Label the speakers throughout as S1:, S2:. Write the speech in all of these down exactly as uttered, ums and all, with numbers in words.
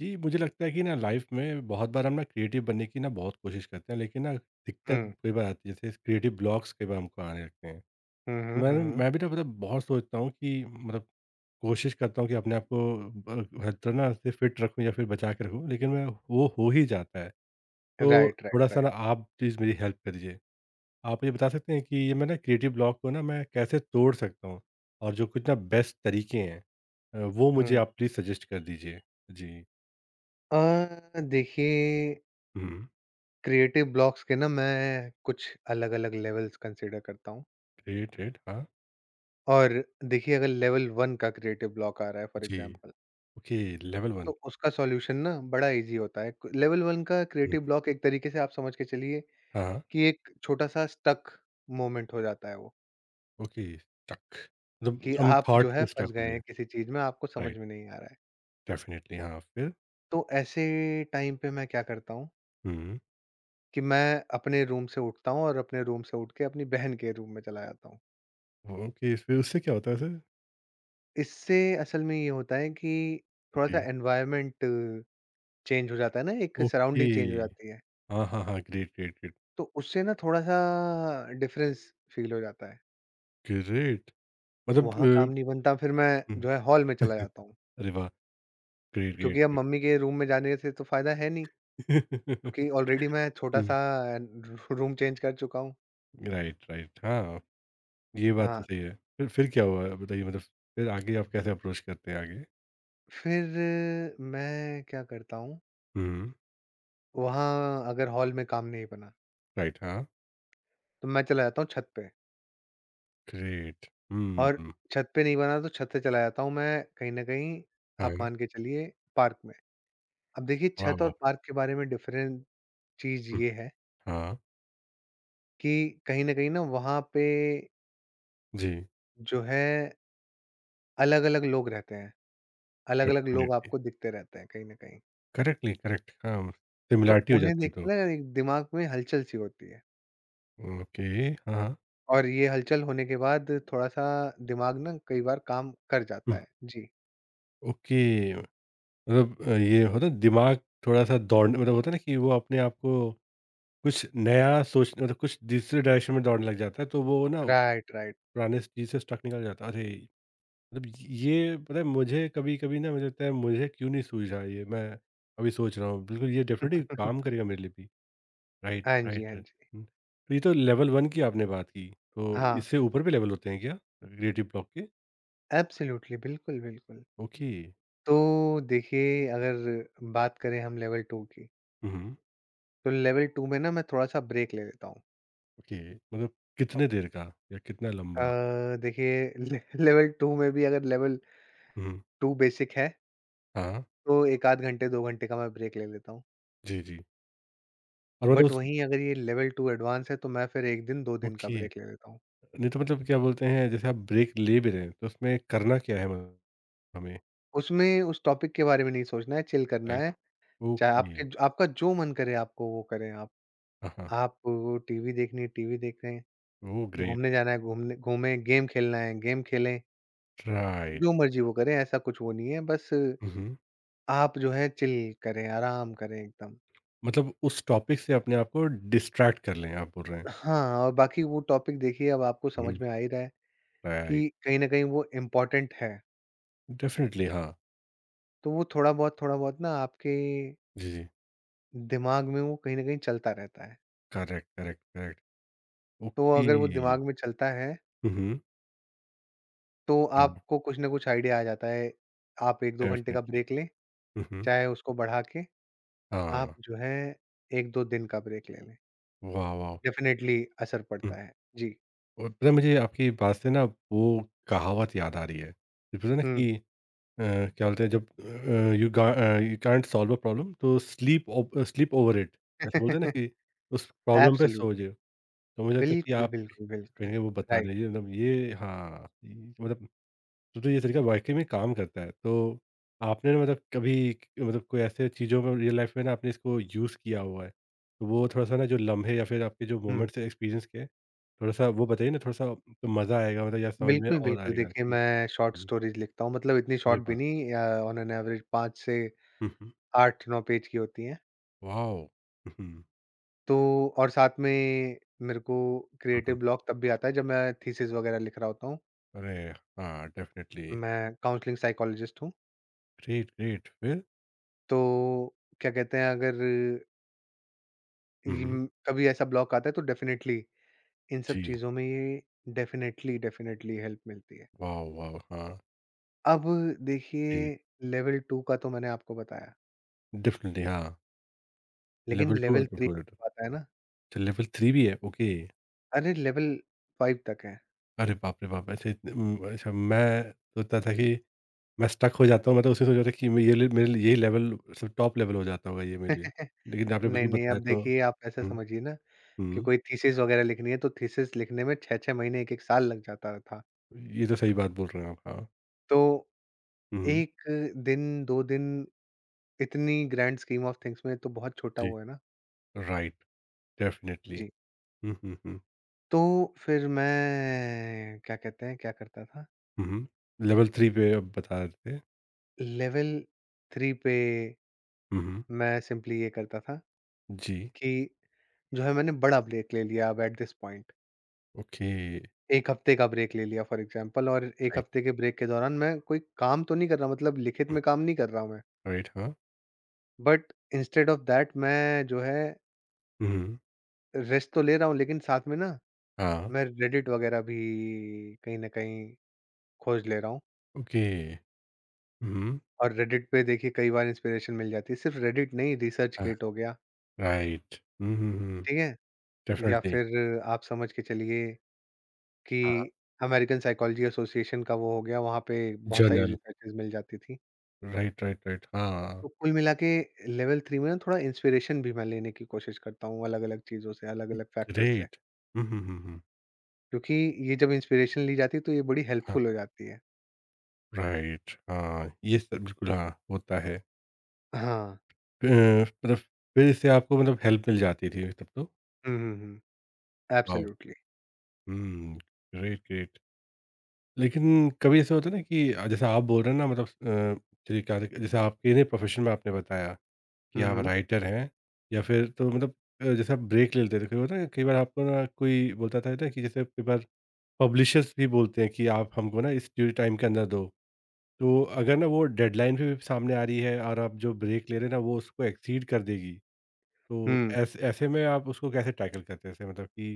S1: जी, मुझे लगता है कि ना लाइफ में बहुत बार हम ना क्रिएटिव बनने की ना बहुत कोशिश करते हैं लेकिन ना दिक्कत
S2: हुँ।
S1: कई बार आती है जैसे क्रिएटिव ब्लॉक्स कई बार हमको आने लगते हैं।
S2: हुँ, हुँ,
S1: मैं
S2: हुँ, हुँ।
S1: मैं भी ना मतलब बहुत सोचता हूँ कि मतलब कोशिश करता हूँ कि अपने आप को अ, हर तरह ना से फिट रखूँ या फिर बचा के रखूँ लेकिन मैं वो हो ही जाता है। तो
S2: राइट, राइट,
S1: थोड़ा-सा ना
S2: राइट।
S1: आप प्लीज़ मेरी हेल्प कर दीजिए। आप मुझे बता सकते हैं कि ये मैं ना क्रिएटिव ब्लॉक को ना मैं कैसे तोड़ सकता हूँ? और जो कुछ ना बेस्ट तरीके हैं अ, वो मुझे
S2: हुँ।
S1: आप प्लीज़ सजेस्ट कर दीजिए। जी।
S2: अ, देखिए
S1: हुँ।
S2: क्रिएटिव ब्लॉक्स के ना मैं कुछ अलग-अलग लेवल्स कंसीडर करता हूँ
S1: रेड रेड हाँ।
S2: और देखिए अगर लेवल वन का क्रिएटिव ब्लॉक आ रहा है फॉर
S1: जी।
S2: एग्ज़ाम्पल
S1: ओके, लेवल
S2: तो
S1: वन।
S2: उसका सॉल्यूशन ना बड़ा ईज़ी होता है। क लेवल वन का
S1: हुँ।
S2: क्रिएटिव ब्लॉक एक तरीके से आप समझ के चलिए
S1: हाँ, हाँ,
S2: कि एक छोटा-सा स्टक मोमेंट हो जाता है वो,
S1: ओके, स्टक मतलब
S2: कि
S1: हम
S2: आप जो
S1: थॉट
S2: है
S1: में स्टक
S2: फँस
S1: हो
S2: गए
S1: गए।
S2: हैं किसी चीज़ में, आपको समझ
S1: राइट,
S2: में नहीं आ रहा है।
S1: डेफिनिटली हाँ, फिर?
S2: तो ऐसे टाइम पे मैं क्या करता हूँ
S1: हुँ,
S2: कि मैं अपने रूम से उठता हूँ और अपने रूम से उठ के अपनी बहन के रूम में चला जाता हूँ।
S1: ओके, फिर उससे क्या होता है सर?
S2: इससे असल में ये होता है कि थोड़ा-सा
S1: जी,
S2: एनवायरनमेंट चेंज हो जाता है ना, एक
S1: ओके।
S2: सराउंडिंग चेंज हो जाती है।
S1: हाँ, हाँ, हाँ, ग्रेट, ग्रेट, ग्रेट,
S2: तो उससे ना थोड़ा-सा डिफरेंस फ़ील हो जाता है।
S1: ग्रेट मतलब
S2: वहाँ काम नहीं
S1: अ,
S2: बनता फिर मैं
S1: हुँ,
S2: जो है हॉल में चला जाता हूँ,
S1: अरे वाह! ग्रेट, ग्रेट,
S2: क्योंकि अब
S1: ग्रेट।
S2: मम्मी के रूम में जाने से तो फ़ायदा है नहीं, क्योंकि ऑलरेडी मैं
S1: हुँ,
S2: छोटा-सा र रूम चेंज कर चुका हूँ।
S1: राइट, राइट हाँ, ये बात तो
S2: हाँ,
S1: सही है। फिर फिर क्या हुआ बताइए मतलब फिर आगे आप कैसे अप्रोच करते हैं आगे?
S2: फिर मैं क्या करता हूँ,
S1: हुँ,
S2: वहाँ अगर हॉल में काम नहीं बना
S1: राइट हाँ,
S2: तो मैं चला जाता हूँ छत पे
S1: ग्रेट। हुँ,
S2: और
S1: हुँ,
S2: छत पे नहीं बना तो छत से चला जाता हूँ मैं कहीं न कहीं आप
S1: हाँ।
S2: मान के चलिए पार्क में। अब देखिए छत
S1: वाओ!
S2: और पार्क के बारे में डिफरेंट चीज़
S1: हुँ,
S2: ये है
S1: हाँ,
S2: कि कहीं न कहीं ना वहाँ पे
S1: जी,
S2: जो है अलग-अलग लोग रहते हैं। अलग-अलग लोग
S1: डेफ़िनिटली,
S2: आपको दिखते रहते हैं कहीं न कहीं।
S1: करेक्टली करेक्ट हाँ,
S2: तो
S1: सिमिलैरिटी हो
S2: उन्हें
S1: जाती है
S2: देख के
S1: तो।
S2: ना एक दिमाग में हलचल-सी होती है
S1: ओके, हाँ, हाँ,
S2: और ये हलचल होने के बाद थोड़ा-सा दिमाग ना कई बार काम कर
S1: हुँ,
S2: जाता है। जी।
S1: ओके मतलब अ, ये होता है दिमाग थोड़ा-सा दौड़ मतलब होता है ना कि वो अपने आप को कुछ नया सोच मतलब कुछ दूसरे डायरेक्शन में दौड़ने लग जाता है, तो वो ना
S2: राइट, राइट।
S1: पुराने चीज़ से स्टक निकल जाता है। अरे! मतलब ये पता है मुझे कभी-कभी ना मुझे लगता है मुझे क्यों नहीं सूझा ये, मैं अभी सोच रहा हूँ। बिल्कुल ये डेफ़िनिटली काम करेगा मेरे लिए भी। राइट,
S2: हाँ जी,
S1: राइट,
S2: हाँ
S1: राइट।
S2: जी।
S1: हुँ, तो ये तो लेवल वन की आपने बात की, तो
S2: हाँ।
S1: इससे ऊपर भी लेवल होते हैं क्या क्रिएटिव ब्लॉक के?
S2: एब्सोल्युटली, बिल्कुल, बिल्कुल।
S1: ओके।
S2: तो देखिए, अगर बात करें हम लेवल टू की,
S1: हुँ, हुँ,
S2: तो लेवल टू में ना मैं थोड़ा-सा ब्रेक ले लेता हूँ।
S1: ओके मतलब कितने देर का या कितना लंबा?
S2: अ, देखिए ले लेवल टू में भी अगर लेवल
S1: हुँ,
S2: टू बेसिक है,
S1: हाँ,
S2: तो एक आध घंटे, दो घंटे का मैं ब्रेक ले लेता हूँ।
S1: जी, जी और मतलब
S2: बट
S1: उस
S2: वहीं अगर ये लेवल टू एडवांस है, तो मैं फिर एक दिन, दो दिन का
S1: ओके,
S2: ब्रेक ले लेता हूँ।
S1: नहीं तो मतलब क्या बोलते हैं जैसे आप ब्रेक ले भी रहे हैं तो उसमें करना क्या है मतलब हमें?
S2: उसमें उस टॉपिक के बारे में नहीं सोचना है, चिल करना
S1: राइट,
S2: है। चाहे
S1: ओके,
S2: आपके आपका जो मन करे आपको वो करें आप।
S1: हाँ, हाँ,
S2: आप टीवी देखनी है, टीवी देखें,
S1: ओह ग्रेट,
S2: घूमने जाना है, घूमने घूमें, गेम खेलना है, गेम खेलें।
S1: राइट।
S2: जो मर्ज़ी वो करें ऐसा कुछ वो नहीं है, बस
S1: हुँ, हुँ,
S2: आप जो है चिल करें, आराम करें एकदम।
S1: मतलब उस टॉपिक से अपने आप को डिस्ट्रैक्ट कर लें आप बोल रहे हैं।
S2: हाँ, और बाकी वो टॉपिक देखिए अब आपको
S1: हुँ,
S2: समझ में आ ही रहा है
S1: राइट,
S2: कि कहीं न कहीं वो इम्पोर्टेंट है,
S1: डेफ़िनिटली हाँ,
S2: तो वो थोड़ा बहुत थोड़ा बहुत ना आपके
S1: जी, जी।
S2: दिमाग में वो कहीं न कहीं चलता रहता है।
S1: Correct, correct, correct.
S2: तो अगर वो
S1: ओके।
S2: दिमाग में चलता है,
S1: हुँ, हुँ।
S2: तो
S1: हाँ,
S2: आपको कुछ न कुछ आइडिया आ जाता है। आप एक दो घंटे का
S1: डेफ़िनिटली।
S2: ब्रेक लें,
S1: हुँ, हुँ।
S2: चाहे उसको बढ़ा के आप
S1: हाँ,
S2: जो है एक दो दिन का ब्रेक ले लें।
S1: वाह, वाह!
S2: डेफ़िनेटली असर
S1: हुँ।
S2: पड़ता है। जी।
S1: और पता है मुझे आपकी बात से ना वो कहावत याद आ रही है। ये पता है ना
S2: हुँ।
S1: कि अ, क्या बोलते हैं जब अ, यू गा uh, you can't solve a problem तो sleep over sleep over it ऐसा बोलते हैं ना कि उस प्रॉब्लम पे सो
S2: एब्सोल्यूट
S1: जाओ, तो मुझे लगता है कि
S2: बिल्कुल,
S1: आप
S2: बिल्कुल, बिल्कुल।
S1: कहीं वो बता
S2: राइट।
S1: रही है मतलब ये हाँ, ये मतलब तो तो ये तरीका वाक़ई में काम करता है। तो आपने ना मतलब कभी मतलब कोई ऐसे चीज़ों में रियल लाइफ़ में ना आपने इसको यूज़ किया हुआ है? तो वो थोड़ा-सा ना जो लम्हे या फिर आपके जो
S2: हुँ।
S1: मोमेंट्स एक्सपीरियंस के, थोड़ा-सा वो बताइए ना थोड़ा-सा तो मज़ा आएगा मतलब या समझ में
S2: बिल्कुल,
S1: और
S2: बिल्कुल।
S1: आएगा
S2: देखिए,
S1: कि
S2: मैं शॉर्ट
S1: हुँ,
S2: स्टोरीज़ लिखता हूँ, मतलब इतनी
S1: अरे
S2: शॉर्ट भी
S1: वाह!
S2: नहीं अ, ऑन एन एवरेज पाँच से
S1: हुँ, हुँ।
S2: आठ नौ पेज की होती हैं।
S1: वॉव! हुँ, हुँ।
S2: तो और साथ में मेरे को
S1: हुँ,
S2: क्रिएटिव
S1: हुँ।
S2: ब्लॉक तब भी आता है जब मैं थीसिस वगैरह लिख रहा होता हूँ।
S1: अरे! हाँ, डेफ़िनिटली।
S2: मैं काउंसलिंग साइकोलॉजिस्ट हूँ।
S1: ग्रेट, ग्रेट फिर?
S2: तो क्या कहते हैं अगर
S1: हुँ, हुँ।
S2: इम कभी ऐसा ब्लॉक आता है तो डेफ़िनेटली इन सब
S1: जी।
S2: चीज़ों में ये डेफ़िनेटली, डेफ़िनेटली हेल्प मिलती है।
S1: वॉव! वॉव! हाँ।
S2: अब देखिए
S1: जी।
S2: लेवल टू का तो मैंने आपको बताया।
S1: डेफ़िनिटली हाँ।
S2: लेकिन
S1: लेवल टू और
S2: लेवल थ्री
S1: लेवल टू
S2: आता है
S1: अच्छा
S2: ना
S1: लेवल थ्री भी है? ओके।
S2: अरे! लेवल फाइव तक है।
S1: अरे बाप रे बाप! ऐसे उम, अच्छा मैं सोचता था कि मैं स्टक हो जाता हूँ, मैं तो उसमें सोच रहा था कि मैं ये ले मेरे लिए यही लेवल सब टॉप लेवल हो जाता होगा ये मेरे लिए।
S2: नहीं,
S1: लेकिन आपने बिल्कुल
S2: नहीं, आप
S1: बताया तो
S2: देखिए आप ऐसा
S1: हुँ,
S2: समझिए ना कि
S1: हुँ।
S2: कोई थीसिस वगैरह लिखनी है, तो थीसिस लिखने में छह छह महीने, एक एक साल लग जाता था।
S1: ये तो सही बात बोल रहे हैं आप, हाँ।
S2: तो
S1: हुँ,
S2: एक दिन, दो दिन इतनी ग्रैंड स्कीम ऑफ थिंग्स में तो बहुत छोटा
S1: जी।
S2: हुआ है ना।
S1: Right, definitely.
S2: जी।
S1: हुँ, हुँ, हुँ।
S2: तो फिर मैं क्या कहते हैं, क्या करता था?
S1: हुँ, हुँ। लेवल थ्री पे आप बता रहे थे।
S2: लेवल थ्री पे
S1: हुँ, हुँ।
S2: मैं सिंपली ये करता था
S1: जी,
S2: कि जो है मैंने बड़ा ब्रेक ले लिया अब एट दिस पॉइंट।
S1: ओके,
S2: एक हफ्ते का ब्रेक ले लिया फॉर एग्ज़ाम्पल और एक
S1: राइट।
S2: हफ्ते के ब्रेक के दौरान मैं कोई काम तो नहीं कर रहा मतलब लिखित
S1: हुँ,
S2: में काम नहीं कर रहा हूँ मैं।
S1: राइट, हाँ।
S2: बट इंस्टेड ऑफ दैट मैं जो है
S1: हुँ, हुँ।
S2: रेस्ट तो ले रहा हूँ लेकिन साथ में ना
S1: हाँ,
S2: मैं रेडिट वग़ैरह भी कहीं न कहीं खोज ले रहा हूँ।
S1: ओके। हुँ, हुँ।
S2: और रेडिट पे देखिए कई बार इंस्पिरेशन मिल जाती है। सिर्फ़ रेडिट नहीं रिसर्च
S1: हाँ,
S2: गेट हो गया,
S1: राइट। हुँ, हुँ, हुँ।
S2: ठीक है? या
S1: डेफ़िनिटली।
S2: फिर आप समझ के चलिए कि
S1: हाँ,
S2: अमेरिकन साइकोलॉजी एसोसिएशन का वो हो गया, वहाँ पे बहुत सारी
S1: जर्नल।
S2: रिसर्चेज़ मिल जाती थी।
S1: Right, right, right. हाँ,
S2: तो कुल मिला के लेवल थ्री में ना थोड़ा इंस्पिरेशन भी मैं लेने की कोशिश करता हूँ अलग-अलग चीज़ों से,
S1: हुँ।
S2: अलग-अलग फैक्टर से।
S1: ग्रेट। हुँ, हुँ, हुँ, हुँ।
S2: क्योंकि ये जब इंस्पिरेशन ली जाती है तो ये बड़ी
S1: हाँ,
S2: हेल्पफुल हो जाती है।
S1: राइट। हाँ, ये सब बिल्कुल हाँ, होता है।
S2: हाँ।
S1: अ, मतलब फिर इससे आपको मतलब हेल्प मिल जाती थी तब तो?
S2: हुँ, हुँ, हुँ।
S1: वाओ!
S2: एब्सोल्युटली।
S1: हुँ, ग्रेट, ग्रेट। लेकिन कभी ऐसा होता है ना कि अ, जैसा आप बोल रहे हैं ना मतलब अ, चलिए क्या कहते जैसे आपके ना प्रोफ़ेशन में आपने बताया कि
S2: हुँ,
S1: आप
S2: हुँ।
S1: राइटर हैं या फिर तो मतलब अ, जैसे आप ब्रेक ले लेते थे, कभी होता है ना कई बार आपको ना कोई बोलता था ना कि जैसे कई बार पब्लिशर्स भी बोलते हैं कि आप हमको ना इस ड्यू टाइम के अंदर दो। तो अगर ना वो डेडलाइन भी सामने आ रही है और आप जो ब्रेक ले रहे हैं ना वो उसको एक्सीड कर देगी तो
S2: हुँ।
S1: ऐसे ऐसे में आप उसको कैसे टैकल करते हैं ऐसे मतलब कि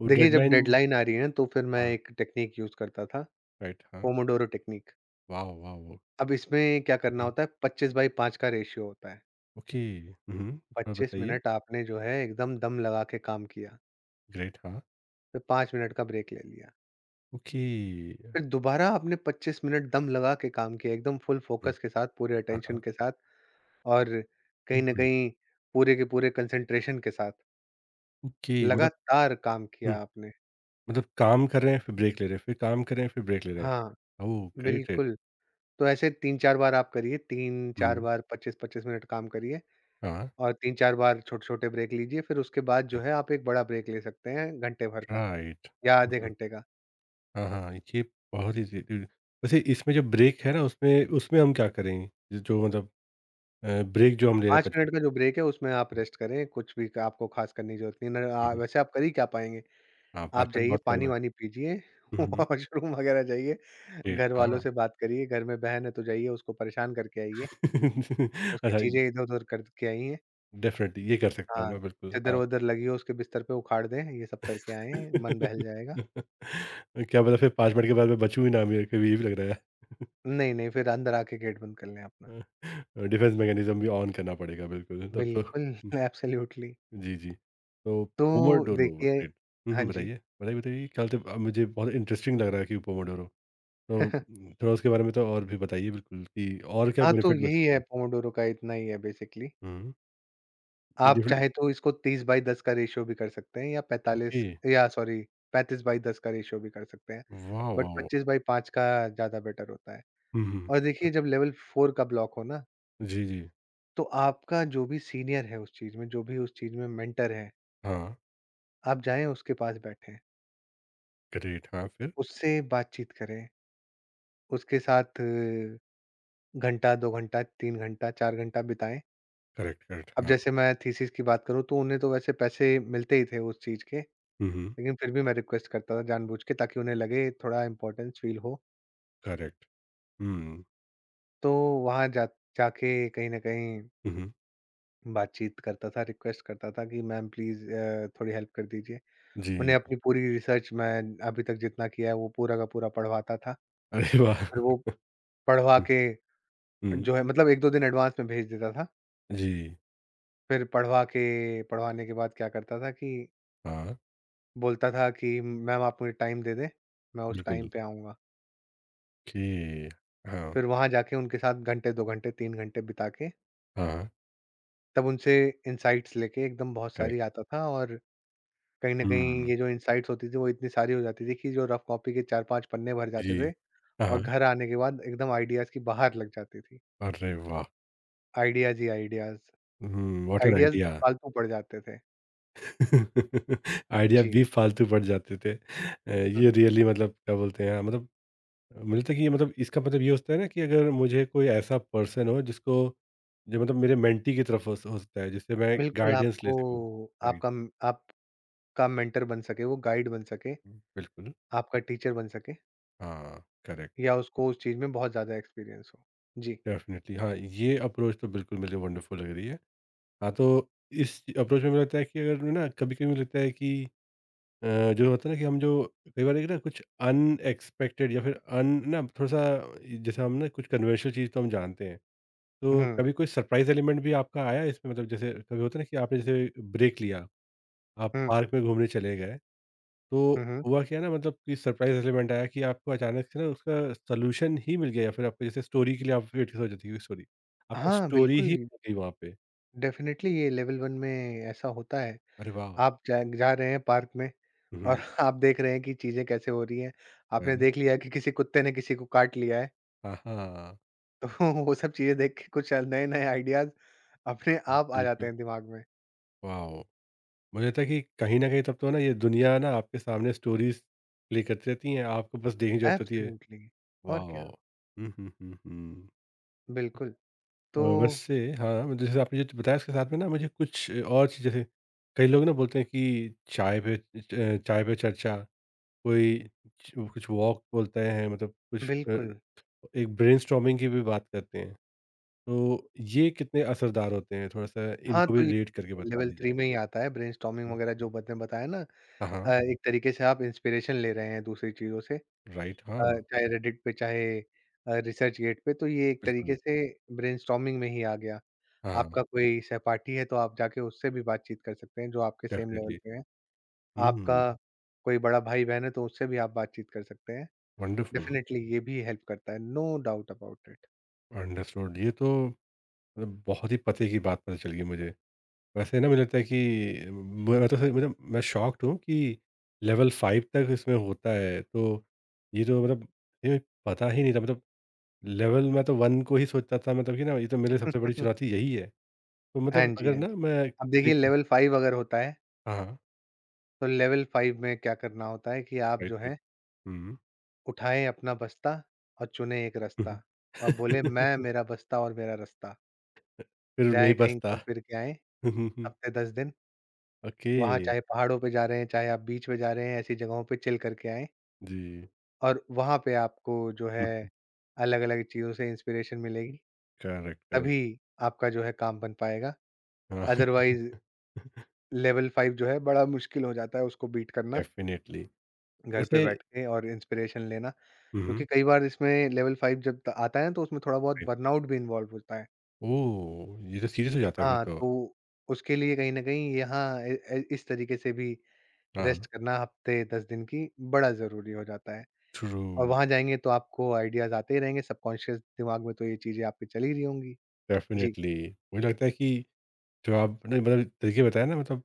S1: वो
S2: देखिए जब
S1: डेडलाइन
S2: डेडलाइन आ रही है ना तो फिर मैं
S1: हाँ,
S2: एक टेक्नीक यूज़ करता था,
S1: राइट हाँ,
S2: पोमोडोरो टेक्नीक।
S1: वाह वाह वो
S2: अब इसमें क्या करना
S1: हम्म,
S2: होता है पच्चीस बाई पाँच का रेशियो होता है।
S1: ओके। हम्म थोड़ा
S2: पच्चीस
S1: बताइए।
S2: मिनट आपने जो है एकदम दम लगा के काम किया,
S1: ग्रेट हाँ,
S2: फिर पाँच मिनट का ब्रेक ले लिया।
S1: ओके।
S2: फिर दोबारा आपने पच्चीस मिनट दम लगा के काम किया, एकदम फुल
S1: हम्म,
S2: फ़ोकस के साथ, पूरे
S1: हाँ
S2: अटेंशन
S1: हाँ।
S2: के साथ और कहीं न
S1: हम्म,
S2: कहीं पूरे के पूरे कंसंट्रेशन के साथ,
S1: ओके मतलब
S2: लगातार काम
S1: हम्म,
S2: किया आपने।
S1: मतलब काम कर रहे हैं फिर ब्रेक ले रहे हैं फिर काम कर रहे हैं फिर ब्रेक ले रहे
S2: हाँ,
S1: हैं ओह ग्रेट ग्रेट।
S2: बिल्कुल। तो ऐसे तीन चार बार आप करिए, तीन चार
S1: हम्म,
S2: बार पच्चीस पच्चीस मिनट काम करिए
S1: हाँ,
S2: और तीन चार बार छोटे-छोटे ब्रेक लीजिए, फिर उसके बाद जो है आप एक बड़ा ब्रेक ले सकते हैं घंटे भर का
S1: राइट।
S2: या आधे घंटे का।
S1: हाँ, हाँ, ये बहुत ही वैसे इसमें जो ब्रेक है ना उसमें उसमें हम क्या करें? जो मतलब अ, ब्रेक जो हम ले रहे
S2: पाँच
S1: हैं पच्चीस
S2: मिनट का जो ब्रेक है उसमें आप रेस्ट करें, कुछ भी क आपको ख़ास करने की ज़रूरत नहीं है। न
S1: हुँ,
S2: अ,
S1: हुँ,
S2: वैसे आप कर ही क्या पाएँगे?
S1: हाँ, पाँच
S2: आप
S1: मिनट
S2: जाइए
S1: बहुत कम है।
S2: पानी-वानी पीजिए,
S1: हुँ, हुँ,
S2: वॉशरूम वगैरह जाइए,
S1: ग्रेट
S2: घर वालों
S1: हाँ।
S2: से बात करिए, घर में बहन है तो जाइए उसको परेशान करके आइए, उसकी
S1: अच्छा ये
S2: चीज़ें इधर-उधर करके आइए।
S1: डेफ़िनिटली ये कर सकता हूँ
S2: हाँ,
S1: मैं बिल्कुल, हाँ।
S2: चद्दर-वद्दर लगी हो उसके बिस्तर पे उखाड़ दें, ये सब करके आएँ, मन बहल जाएगा।
S1: क्या पता फिर पाँच मिनट के बाद मैं बचूँ ही ना मेरे को भी ये भी लग रहा है।
S2: नहीं, नहीं फिर अंदर आके गेट बंद कर लें अपना।
S1: अ, डिफेंस मैकेनिज़्म भी ऑन करना पड़ेगा बिल्कुल तब तो
S2: बिल्कुल,
S1: हुँ,
S2: एब्सोल्युटली।
S1: जी, जी। तो
S2: तो
S1: पोमोडोरो
S2: देखिए
S1: ग्रेट। हुँ,
S2: हाँ
S1: हुँ,
S2: जी।
S1: बताइए, बताइए, बताइए क्या बोलते हैं मुझे बहुत इंटरेस्टिंग लग रहा है कि पोमोडोरो? तो थोड़ा उसके बारे में तो और भी बताइए बिल्कुल कि और क्या
S2: हाँ, तो
S1: बेनिफिट मिल
S2: यही
S1: सकते
S2: है
S1: हैं?
S2: पोमोडोरो का इतना ही है बेसिकली।
S1: हुँ,
S2: आप
S1: डिफरेंट,
S2: चाहे तो इसको तीस बाई दस का रेशियो भी कर सकते हैं या
S1: ओके,
S2: पैंतालीस या सॉरी पैंतीस बाई दस का रेशियो भी कर सकते हैं।
S1: वाह,
S2: बट
S1: वाह!
S2: पच्चीस बाई पाँच का ज़्यादा बेटर होता है।
S1: हुँ, हुँ।
S2: और देखिए जब लेवल फोर का ब्लॉक हो ना,
S1: जी, जी।
S2: तो आपका जो भी सीनियर है उस चीज़ में, जो भी उस चीज़ में मेंटर है,
S1: हाँ,
S2: आप जाएँ उसके पास बैठें,
S1: ग्रेट हाँ, फिर?
S2: उससे बातचीत करें, उसके साथ अ, घंटा, दो घंटा, तीन घंटा, चार घंटा बिताएँ।
S1: करेक्ट, करेक्ट
S2: अब
S1: हाँ।
S2: जैसे मैं थीसिस की बात करूँ तो उन्हें तो वैसे पैसे मिलते ही थे उस चीज़ के।
S1: हुँ, हुँ,
S2: लेकिन फिर भी मैं रिक्वेस्ट करता था जानबूझ के ताकि उन्हें लगे थोड़ा इम्पोर्टेंस फ़ील हो।
S1: करेक्ट। हुँ,
S2: तो वहाँ जा जाके कहीं न कहीं
S1: हुँ, हुँ,
S2: बातचीत करता था, रिक्वेस्ट करता था कि मैम प्लीज़ अ, थोड़ी हेल्प कर दीजिए।
S1: जी।
S2: उन्हें अपनी पूरी रिसर्च मैं अभी तक जितना किया है वो पूरा का पूरा पढ़वाता था।
S1: अरे वाह!
S2: और वो पढ़वा
S1: हुँ,
S2: के
S1: हुँ,
S2: जो है मतलब एक दो दिन एडवांस में भेज देता था।
S1: जी,
S2: फिर पढ़वा के पढ़वाने के बाद क्या करता था कि
S1: हाँ,
S2: बोलता था कि मैम आप मुझे टाइम दे दें, मैं उस टाइम
S1: बिल्कुल।
S2: पे आऊँगा।
S1: ओके, हाँ,
S2: फिर वहाँ जाके उनके साथ घंटे, दो घंटे, तीन घंटे बिता के
S1: हाँ,
S2: तब उनसे इनसाइट्स लेके एकदम बहुत सारी
S1: करेक्ट।
S2: आता था और कहीं न कहीं
S1: हुँ,
S2: ये जो इनसाइट्स होती थी वो इतनी सारी हो जाती थी कि जो रफ कॉपी के चार पाँच पन्ने भर जाते
S1: जी।
S2: थे
S1: हाँ,
S2: और
S1: हाँ,
S2: घर आने के बाद एकदम आइडियाज़ की बहार लग जाती थी।
S1: अरे वाह!
S2: आइडियाज़ ही आइडियाज़,
S1: हुँ, व्हाट एन
S2: आइडियाज़
S1: आइडिया।
S2: फालतू पड़ जाते थे।
S1: आइडिया
S2: जी।
S1: बेफ़ालतू पड़ जाते थे। अ,
S2: हुँ,
S1: ये
S2: हुँ।
S1: रियली मतलब क्या बोलते हैं मतलब मुझे लगता है कि ये मतलब इसका मतलब ये होता है ना कि अगर मुझे कोई ऐसा पर्सन हो जिसको जो मतलब मेरे मेंटी की तरफ हो हो सकता है जिससे मैं
S2: बिल्कुल
S1: गाइडेंस ले
S2: आपको
S1: सकूँ। राइट,
S2: आपका म आपका मेंटर बन सके, वो गाइड बन सके,
S1: बिल्कुल।
S2: आपका टीचर बन सके
S1: हाँ, करेक्ट।
S2: या उसको उस चीज़ में बहुत ज़्यादा एक्सपीरियंस हो। जी।
S1: डेफ़िनिटली हाँ, ये अप्रोच तो बिल्कुल मुझे वंडरफुल लग रही है। हाँ, तो इस अप्रोच में मुझे लगता है कि अगर ना कभी-कभी मुझे लगता है कि अ, जो होता है ना कि हम जो कई बार एक ना कुछ अनएक्सपेक्टेड या फिर अन ना थोड़ा सा जैसे हम ना कुछ कन्वेंशनल चीज़ तो हम जानते हैं तो
S2: हुँ,
S1: कभी कोई सरप्राइज एलिमेंट भी आपका आया है इसमें मतलब जैसे कभी होता है ना कि आपने जैसे ब्रेक लिया आप
S2: हुँ,
S1: पार्क में घूमने चले गए
S2: हुँ,
S1: तो
S2: हुँ।
S1: हुआ क्या ना मतलब कि सरप्राइज एलिमेंट आया कि आपको अचानक से ना उसका सोल्यूशन ही मिल गया या फिर आपको जैसे स्टोरी के लिए आप वेट हो जाती है स्टोरी आपको
S2: हाँ,
S1: स्टोरी
S2: बिल्कुल
S1: ही मिल गई वहाँ पे
S2: डेफ़िनेटली ये लेवल वन में ऐसा होता है।
S1: अरे वाह
S2: आप जा जा रहे हैं पार्क में और
S1: हम्म,
S2: आप देख रहे हैं कि चीज़ें कैसे हो रही हैं। आपने
S1: correct।
S2: देख लिया कि किसी कुत्ते ने किसी को काट लिया है।
S1: हाँ हाँ
S2: तो वो सब चीज़ें देख के कुछ नए-नए आइडियाज़ अपने आप आ जाते
S1: बिल्कुल
S2: हैं दिमाग में।
S1: वाह मुझे लगता है कि कहीं न कहीं तब तो ना ये दुनिया ना आपके सामने स्टोरीज़ प्ले करती रहती हैं, आपको बस देखने की ज़रूरत होती है।
S2: एब्सोल्युटली और
S1: वाओ!
S2: क्या।
S1: हुँ, हुँ, हुँ, हुँ।
S2: बिल्कुल, तो
S1: और वैसे हाँ, मतलब जैसे आपने जो बताया उसके साथ में ना मुझे कुछ और चीज़ जैसे कई लोग ना बोलते हैं कि चाय पे च चाय पे चर्चा, कोई च कुछ वॉक बोलते हैं मतलब कुछ अ,
S2: बिल्कुल।
S1: एक ब्रेनस्टॉर्मिंग की भी बात करते हैं। तो ये कितने असरदार होते हैं? थोड़ा-सा
S2: हाँ,
S1: इनको भी
S2: तो ये
S1: रेट करके बता
S2: लेवल
S1: दीजिए।
S2: थ्री में ही आता है ब्रेनस्टॉर्मिंग
S1: जी।
S2: वगैरह जो आपने बताया ना अ,
S1: हाँ, हाँ।
S2: एक तरीके से आप इंस्पिरेशन ले रहे हैं दूसरी चीज़ों से, अ,
S1: राइट हाँ,
S2: चाहे रेडिट पे चाहे अ, रिसर्चगेट पे तो ये एक
S1: बिल्कुल।
S2: तरीके से ब्रेनस्टॉर्मिंग में ही आ गया।
S1: हाँ,
S2: आपका कोई सहपाठी है तो आप जाके उससे भी बातचीत कर सकते हैं जो आपके सेम लेवल
S1: डेफ़िनिटली।
S2: पे हैं। आपका
S1: हुँ,
S2: कोई बड़ा भाई-बहन है तो उससे भी आप बातचीत कर सकते हैं।
S1: वंडरफुल,
S2: डेफ़िनेटली ये भी हेल्प करता है, no doubt about it.
S1: Understood ये तो मतलब बहुत ही पते की बात पता चल गई मुझे। वैसे ना मुझे लगता है कि मैं तो सच- मतलब मैं शॉक्ड हूँ कि लेवल फ़ाइव तक इसमें होता है, तो ये तो मतलब ये पता ही नहीं था मतलब लेवल मैं तो वन को ही सोचता था मतलब कि ना ये तो मेरे लिए सबसे बड़ी चुनौती यही है। तो
S2: हाँ
S1: मतलब
S2: जी,
S1: अगर
S2: हाँ
S1: ना
S2: जी।
S1: मैं
S2: अब देखिए
S1: देखूँ
S2: लेवल फाइव अगर होता है,
S1: हाँ, हाँ,
S2: तो लेवल फाइव में क्या करना होता है कि आप
S1: राइट,
S2: जो
S1: राइट।
S2: है
S1: हुँ,
S2: उठाएँ अपना बस्ता और चुनें एक
S1: हुँ।
S2: रास्ता और बोले मैं, मेरा बस्ता और मेरा रास्ता।
S1: फिर नहीं
S2: जाएँ कहीं
S1: बचता।
S2: घूम फिर के आएँ हफ़्ते दस दिन,
S1: ओके,
S2: वहाँ चाहे पहाड़ों पे जा रहे हैं, चाहे आप बीच पे जा रहे हैं, ऐसी जगहों पे चिल करके आएँ।
S1: जी।
S2: और वहाँ पे आपको जो है
S1: हुँ,
S2: अलग-अलग चीज़ों से इंस्पिरेशन मिलेगी,
S1: करेक्ट, करेक्ट।
S2: तभी आपका जो है काम बन पाएगा।
S1: हाँ,
S2: अदरवाइज़ लेवल फाइव जो है बड़ा मुश्किल हो जाता है उसको बीट करना,
S1: डेफ़िनिटली।
S2: घर पे
S1: वैसे
S2: बैठ के और इंस्पिरेशन लेना।
S1: हुँ, हुँ।
S2: क्योंकि कई बार इसमें लेवल फाइव जब त आता है ना तो उसमें थोड़ा बहुत
S1: राइट।
S2: बर्नआउट भी इन्वॉल्व होता है।
S1: ओह! ये तो सीरियस हो जाता है फिर
S2: हाँ,
S1: तो।
S2: तो उसके लिए कहीं न कहीं यहाँ ए ए इस तरीके से भी
S1: हाँ,
S2: रेस्ट
S1: हाँ।
S2: करना हफ़्ते दस दिन की बड़ा ज़रूरी हो जाता है।
S1: ट्रू,
S2: और वहाँ जाएँगे तो आपको आइडियाज़ आते ही रहेंगे, सबकॉन्शियस दिमाग में तो ये चीज़ें आपके चल ही रही होंगी। जी।
S1: डेफ़िनिटली। मुझे लगता है कि जो आपने मतलब तरीके बताए ना मतलब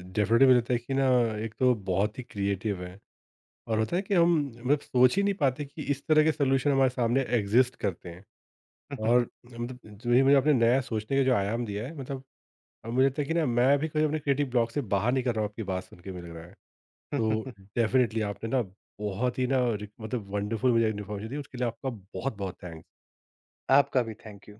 S1: डेफ़िनिटली मुझे लगता है कि ना एक तो बहुत ही क्रिएटिव हैं और होता है कि हम मतलब सोच ही नहीं पाते कि इस तरह के सॉल्यूशन हमारे सामने एक्सिस्ट करते हैं। और मतलब जो ये मुझे आपने नया सोचने का जो आयाम दिया है मतलब अब मुझे लगता है कि ना मैं भी कभी अपने क्रिएटिव ब्लॉक से बाहर निकल रहा हूँ आपकी बात सुन के मुझे लग रहा है। तो डेफ़िनेटली आपने ना बहुत ही ना रिक मतलब वंडरफुल मुझे इन्फॉर्मेशन दी उसके लिए आपका बहुत-बहुत थैंक्स।
S2: आपका भी थैंक यू।